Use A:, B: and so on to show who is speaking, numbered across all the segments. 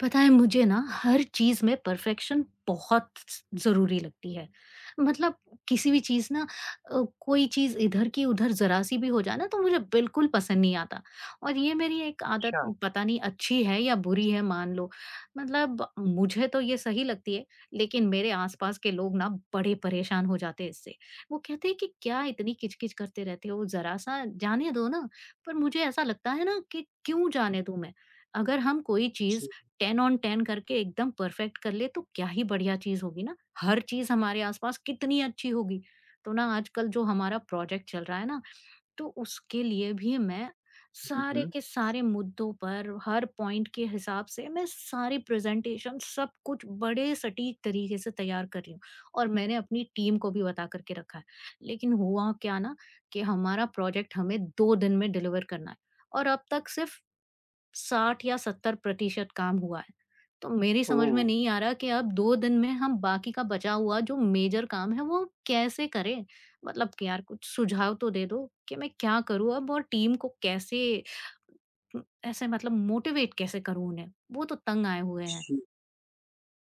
A: पता है मुझे ना हर चीज़ में परफेक्शन बहुत ज़रूरी लगती है। मतलब किसी भी चीज़ ना कोई चीज़ इधर की उधर ज़रा-सी भी हो जाए ना तो मुझे बिल्कुल पसंद नहीं आता और ये मेरी एक आदत
B: अच्छा।
A: पता नहीं अच्छी है या बुरी है मान लो। मतलब मुझे तो ये सही लगती है, लेकिन मेरे आस-पास के लोग ना बड़े परेशान हो जाते हैं इससे। वो कहते हैं कि क्या इतनी किच-किच करते रहते हो, ज़रा-सा जाने दो ना। पर मुझे ऐसा लगता है ना कि क्यों जाने दूँ मैं? अगर हम कोई
B: जी।
A: चीज़ 10 ऑन 10 करके एकदम परफेक्ट कर ले तो क्या ही बढ़िया चीज़ होगी ना, हर चीज़ हमारे आसपास कितनी अच्छी होगी। तो ना आजकल जो हमारा प्रोजेक्ट चल रहा है ना, तो उसके लिए भी मैं
B: हुँ,
A: सारे
B: हुँ।
A: के सारे मुद्दों पर, हर पॉइंट के हिसाब से मैं सारी प्रेज़ेंटेशन सब कुछ बड़े सटीक तरीके से तैयार कर रही हूँ और मैंने अपनी टीम को भी बता कर के रखा है। लेकिन हुआ क्या ना कि हमारा प्रोजेक्ट हमें 2 दिन में डिलीवर करना है और अब तक सिर्फ 60 या 70% काम हुआ है। तो मेरी समझ
B: ओह!
A: में नहीं आ रहा कि अब 2 दिन में हम बाकी का बचा हुआ जो मेजर काम है वो कैसे करें? मतलब कि यार कुछ सुझाव तो दे दो कि मैं क्या करूँ अब और टीम को कैसे, ऐसे मतलब मोटिवेट कैसे करूँ उन्हें? वो तो तंग आए हुए हैं।
B: जी,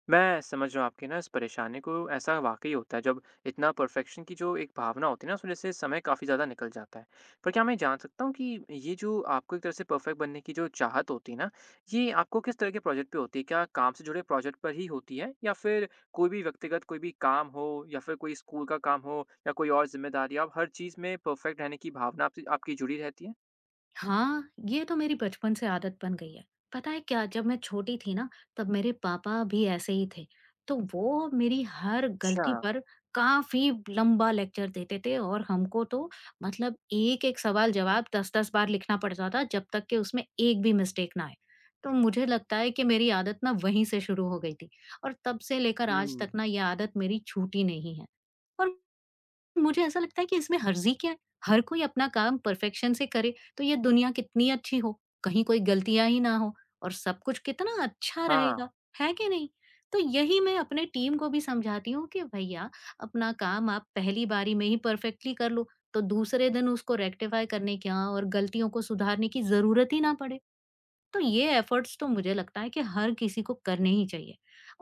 B: मैं समझ रहा हूँ आपकी ना इस परेशानी को, ऐसा वाक़ई होता है जब इतना परफ़ेक्शन की जो एक भावना होती है ना, उस वज़ह से समय काफ़ी ज़्यादा निकल जाता है। पर क्या मैं जान सकता हूँ कि ये जो आपको एक तरह से परफ़ेक्ट बनने की जो चाहत होती है ना, ये आपको किस तरह के प्रोजेक्ट पे होती है? क्या काम से जुड़े प्रोजेक्ट पर ही होती है या फिर कोई भी व्यक्तिगत कोई भी काम हो या फिर कोई स्कूल का काम हो या कोई और ज़िम्मेदारी, आप हर चीज़ में परफ़ेक्ट रहने की भावना आपसे आपकी जुड़ी रहती है?
A: हाँ, ये तो मेरी बचपन से आदत बन गई है। पता है क्या, जब मैं छोटी थी ना तब मेरे पापा भी ऐसे ही थे। तो वो मेरी हर
B: अच्छा।
A: गलती पर काफ़ी लंबा लेक्चर देते थे और हमको तो मतलब एक-एक सवाल जवाब 10-10 बार लिखना पड़ता था जब तक कि उसमें एक भी मिस्टेक ना आए। तो मुझे लगता है कि मेरी आदत ना वहीं से शुरू हो गई थी और तब से लेकर आज
B: हुँ।
A: तक ना ये आदत मेरी छूटी नहीं है। और मुझे ऐसा लगता है कि इसमें हर्ज़ी क्या है? हर कोई अपना काम परफ़ेक्शन से करे, तो ये दुनिया कितनी अच्छी हो, कहीं कोई गलतियाँ ही ना हो और सब कुछ कितना अच्छा
B: हाँ।
A: रहेगा, है कि नहीं? तो यही मैं अपने टीम को भी समझाती हूँ कि भैया, अपना काम आप पहली बारी में ही परफ़ेक्टली कर लो, तो दूसरे दिन उसको रेक्टिफ़ाई करने की और गलतियों को सुधारने की ज़रूरत ही ना पड़े। तो ये एफर्ट्स तो मुझे लगता है कि हर किसी को करने ही चाहिए।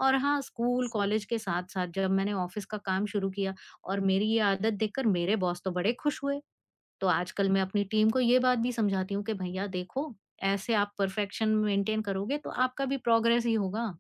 A: और हाँ, स्कूल,
B: जी।
A: कॉलेज के साथ-साथ जब मैंने ऑफ़िस का काम शुरू किया और मेरी ये आदत देखकर मेरे बॉस तो बड़े खुश हुए। तो आजकल मैं अपनी टीम को ये बात भी समझाती हूँ कि भैया देखो, ऐसे आप परफेक्शन मेंटेन करोगे तो आपका भी प्रोग्रेस ही होगा।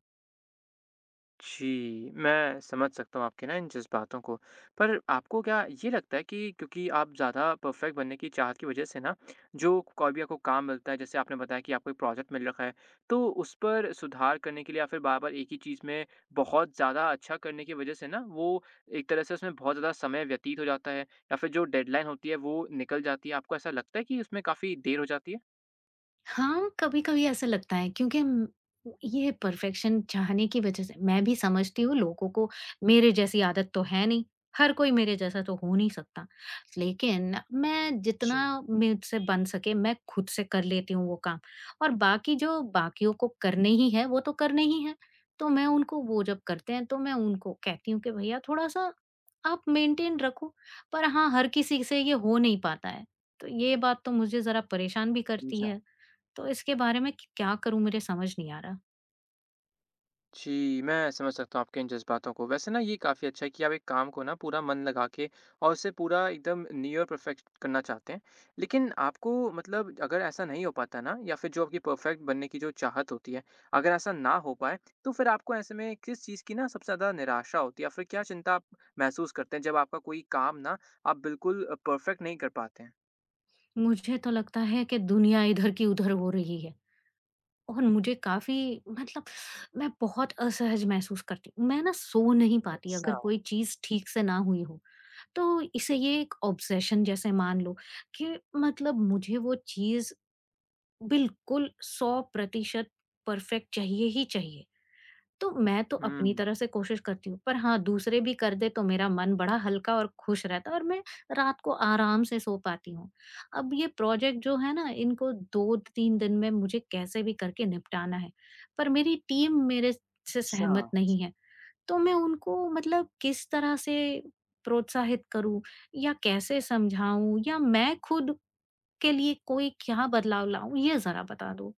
B: जी, मैं समझ सकता हूँ आपके ना इन जज़्बातों को। पर आपको क्या ये लगता है कि क्योंकि आप ज़्यादा परफ़ेक्ट बनने की चाहत की वज़ह से ना, जो कोई भी आपको काम मिलता है, जैसे आपने बताया कि आपको एक प्रोजेक्ट मिल रखा है, तो उस पर सुधार करने के लिए या फिर बार-बार एक ही चीज़ में बहुत ज़्यादा अच्छा करने की वज़ह से ना, वो एक तरह से उसमें बहुत ज़्यादा समय व्यतीत हो जाता है या फिर जो डेडलाइन होती है, वो निकल जाती है? आपको ऐसा लगता है कि उसमें काफ़ी देर हो जाती
A: हाँ, कभी-कभी ऐसा लगता है, क्योंकि म ये परफेक्शन चाहने की वज़ह से मैं भी समझती हूँ लोगों को, मेरे जैसी आदत तो है नहीं, हर कोई मेरे जैसा तो हो नहीं सकता। लेकिन मैं जितना मुझसे बन सके मैं खुद से कर लेती हूँ वो काम, और बाकी जो बाकियों को करने ही हैं, वो तो करने ही हैं। तो मैं उनको वो जब करते हैं तो मैं उनको कहती हूँ कि भैया, थोड़ा-सा आप मेंटेन रखो, पर हाँ, हर किसी से ये हो नहीं पाता है। तो ये बात तो मुझे ज़रा परेशान भी करती
B: है?
A: है। तो इसके बारे में क क्या करूँ मुझे समझ नहीं आ रहा।
B: जी, मैं समझ सकता हूँ आपके इन जज़्बातों को। वैसे ना ये काफ़ी अच्छा है कि आप एक काम को ना पूरा मन लगा के और उसे पूरा एकदम नियर परफेक्ट करना चाहते हैं। लेकिन आपको मतलब अगर ऐसा नहीं हो पाता ना या फिर जो आपकी परफेक्ट बनने की जो चाहत होती है, अगर ऐसा ना हो पाए तो फिर आपको ऐसे में किस चीज़ की ना सबसे ज़्यादा निराशा होती है या फिर क्या चिंता आप महसूस करते हैं जब आपका कोई काम ना आप बिल्कुल परफेक्ट नहीं कर पाते हैं?
A: मुझे तो लगता है कि दुनिया इधर की उधर हो रही है और मुझे काफ़ी मतलब मैं बहुत असहज महसूस करती हूँ। मैं ना सो नहीं पाती
B: अच्छा।
A: अगर कोई चीज़ ठीक से ना हुई हो। तो इसे ये एक ऑब्सेशन जैसे मान लो कि मतलब मुझे वो चीज़ बिल्कुल 100% परफेक्ट चाहिए ही चाहिए। तो मैं तो अपनी
B: हुँ।
A: तरफ से कोशिश करती हूँ, पर हाँ, दूसरे भी कर दें तो मेरा मन बड़ा हल्का और खुश रहता है और मैं रात को आराम से सो पाती हूँ। अब ये प्रोजेक्ट जो है ना, इनको 2-3 दिन में मुझे कैसे भी करके निपटाना है, पर मेरी टीम मेरे से
B: अच्छा।
A: सहमत नहीं है। तो मैं उनको मतलब किस तरह से प्रोत्साहित करूँ या कैसे समझाऊँ, या मैं खुद के लिए कोई क्या बदलाव लाऊँ, ये ज़रा बता दो?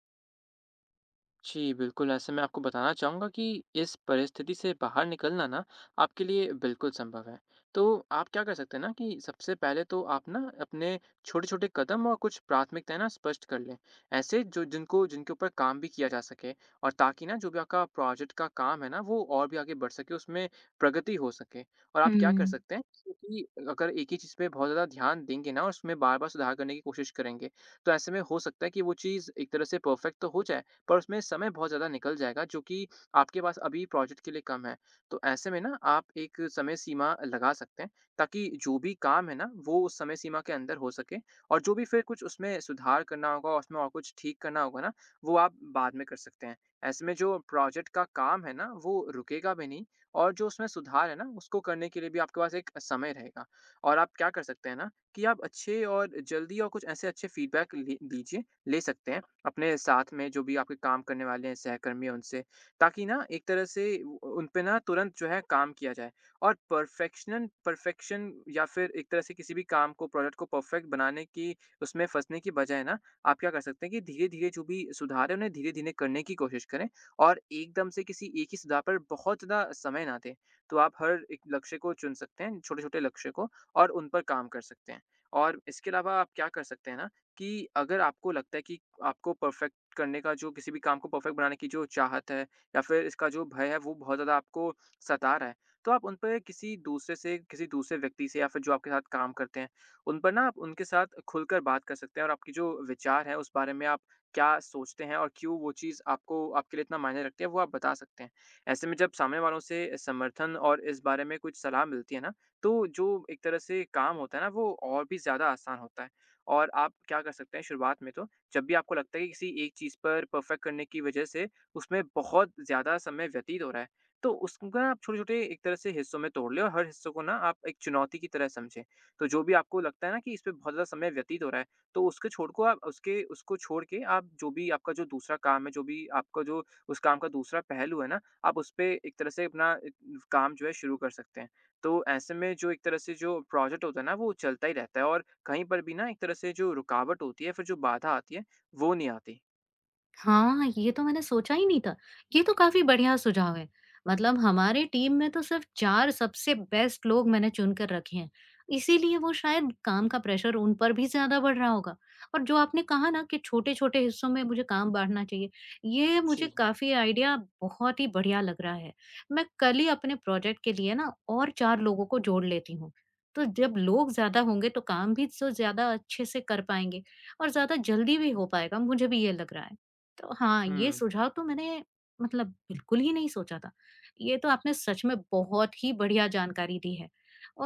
B: जी, बिल्कुल, ऐसे मैं आपको बताना चाहूँगा कि इस परिस्थिति से बाहर निकलना ना आपके लिए बिल्कुल संभव है। तो आप क्या कर सकते हैं ना कि सबसे पहले तो आप ना अपने छोटे-छोटे कदम और कुछ प्राथमिकताएँ ना स्पष्ट कर लें। ऐसे जो जिनको जिनके ऊपर काम भी किया जा सके और ताकि ना जो भी आपका प्रोजेक्ट का काम है ना वो और भी आगे बढ़ सके, उसमें प्रगति हो सके। और आप
A: हुँ।
B: क्या कर सकते हैं कि अगर एक ही चीज़ पे बहुत ज़्यादा ध्यान देंगे ना और उसमें बार-बार सुधार करने की कोशिश करेंगे, तो ऐसे में हो सकता है कि वो चीज़ एक तरह से परफेक्ट तो हो जाए पर उसमें समय बहुत ज़्यादा निकल जाएगा जो कि आपके पास अभी प्रोजेक्ट के लिए कम है। तो ऐसे में ना आप एक समय सीमा लगा सकते हैं ताकि जो भी काम है ना वो उस समय सीमा के अंदर हो सके और जो भी फिर कुछ उसमें सुधार करना होगा, उसमें और कुछ ठीक करना होगा ना वो आप बाद में कर सकते हैं। ऐसे में जो प्रोजेक्ट का काम है ना वो रुकेगा भी नहीं और जो उसमें सुधार है ना उसको करने के लिए भी आपके पास एक समय रहेगा। और आप क्या कर सकते हैं ना कि आप अच्छे और जल्दी और कुछ ऐसे अच्छे फीडबैक ले सकते हैं। अपने साथ में जो भी आपके काम करने वाले हैं सहकर्मी हैं उनसे, ताकि ना एक तरह से उ उन पे ना तुरंत जो है काम किया जाए। और परफ़ेक्शन या फिर एक तरह से किसी भी काम को प्रोडक्ट को परफ़ेक्ट बनाने की उसमें फँसने की बजाय ना आप क्या कर सकते हैं कि धीरे-धीरे जो भी सुधार है उन्हें धीरे-धीरे करने की कोशिश करें और एकदम से किसी एक ही सुधार पर बहुत ज़्यादा समय ना दें। तो आप हर एक लक्ष्य को चुन सकते हैं, छोटे-छोटे लक्ष्य को और उन पर काम कर सकते हैं। और इसके अलावा आप क्या कर सकते हैं ना कि अगर आपको लगता है कि आपको परफेक्ट करने का जो किसी भी काम को परफेक्ट बनाने की जो चाहत है या फिर इसका जो भय है वो बहुत ज़्यादा आपको सता रहा है, तो आप उन पे किसी दूसरे व्यक्ति से या फिर जो आपके साथ काम करते हैं, उन पर ना आप उनके साथ खुलकर बात कर सकते हैं और आपकी जो विचार है उस बारे में आप क्या सोचते हैं और क्यों वो चीज़ आपको आपके लिए इतना मायने रखती है वो आप बता सकते हैं। ऐसे में जब सामने वालों से समर्थन और इस बारे में कुछ सलाह मिलती है ना, तो जो एक तरह से काम होता है ना वो और भी ज़्यादा आसान होता है। और आप क्या कर सकते हैं शुरुआत में तो, जब भी आपको लगता है कि किसी एक चीज़ पर परफेक्ट करने की वजह से उसमें बहुत ज़्यादा समय व्यतीत हो रहा है, तो उसको ना आप छोटे-छोटे एक तरह से हिस्सों में तोड़ लें और हर हिस्सों को ना आप एक चुनौती की तरह समझें। तो जो भी आपको लगता है ना कि इस पे बहुत ज़्यादा समय व्यतीत हो रहा है, तो उसके छोड़ को आप उसके उसको छोड़ के आप जो भी आपका जो दूसरा काम है, जो भी आपका जो उस काम का दूसरा पहलू है ना, आप उसपे एक तरह से अपना काम जो है शुरू कर सकते हैं। तो ऐसे में जो एक तरह से जो प्रोजेक्ट होता है ना वो चलता ही रहता है और कहीं पर भी ना एक तरह से जो रुकावट होती है फिर जो बाधा आती है वो नहीं आती।
A: हाँ, ये तो मैंने सोचा ही नहीं था। ये तो काफ़ी बढ़िया सुझाव है। मतलब हमारे टीम में तो सिर्फ़ 4 सबसे बेस्ट लोग मैंने चुन कर रखे हैं। इसीलिए वो शायद काम का प्रेशर उन पर भी ज़्यादा बढ़ रहा होगा। और जो आपने कहा ना कि छोटे-छोटे हिस्सों में मुझे काम बाँटना चाहिए, ये मुझे
B: जी।
A: काफ़ी आइडिया बहुत ही बढ़िया लग रहा है। मैं कल ही अपने प्रोजेक्ट के लिए ना और 4 लोगों को जोड़ लेती हूँ। तो जब लोग ज़्यादा होंगे तो काम भी तो ज़्यादा अच्छे से कर पाएँगे और ज़्यादा जल्दी भी हो पाएगा, मुझे भी ये लग रहा है। तो हाँ, ये
B: हुँ।
A: सुझाव तो मैंने मतलब बिल्कुल ही नहीं सोचा था। ये तो आपने सच में बहुत ही बढ़िया जानकारी दी है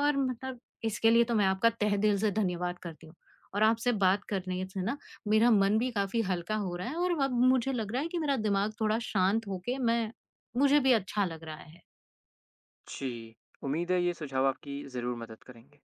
A: और मतलब इसके लिए तो मैं आपका तहे दिल से धन्यवाद करती हूँ। और आपसे बात करने से ना मेरा मन भी काफ़ी हल्का हो रहा है और अब मुझे लग रहा है कि मेरा दिमाग थोड़ा शांत होके मैं मुझे भी अच्छा लग रहा है।
B: जी। उम्मीद है ये सुझाव आपकी ज़रूर मदद करेंगे।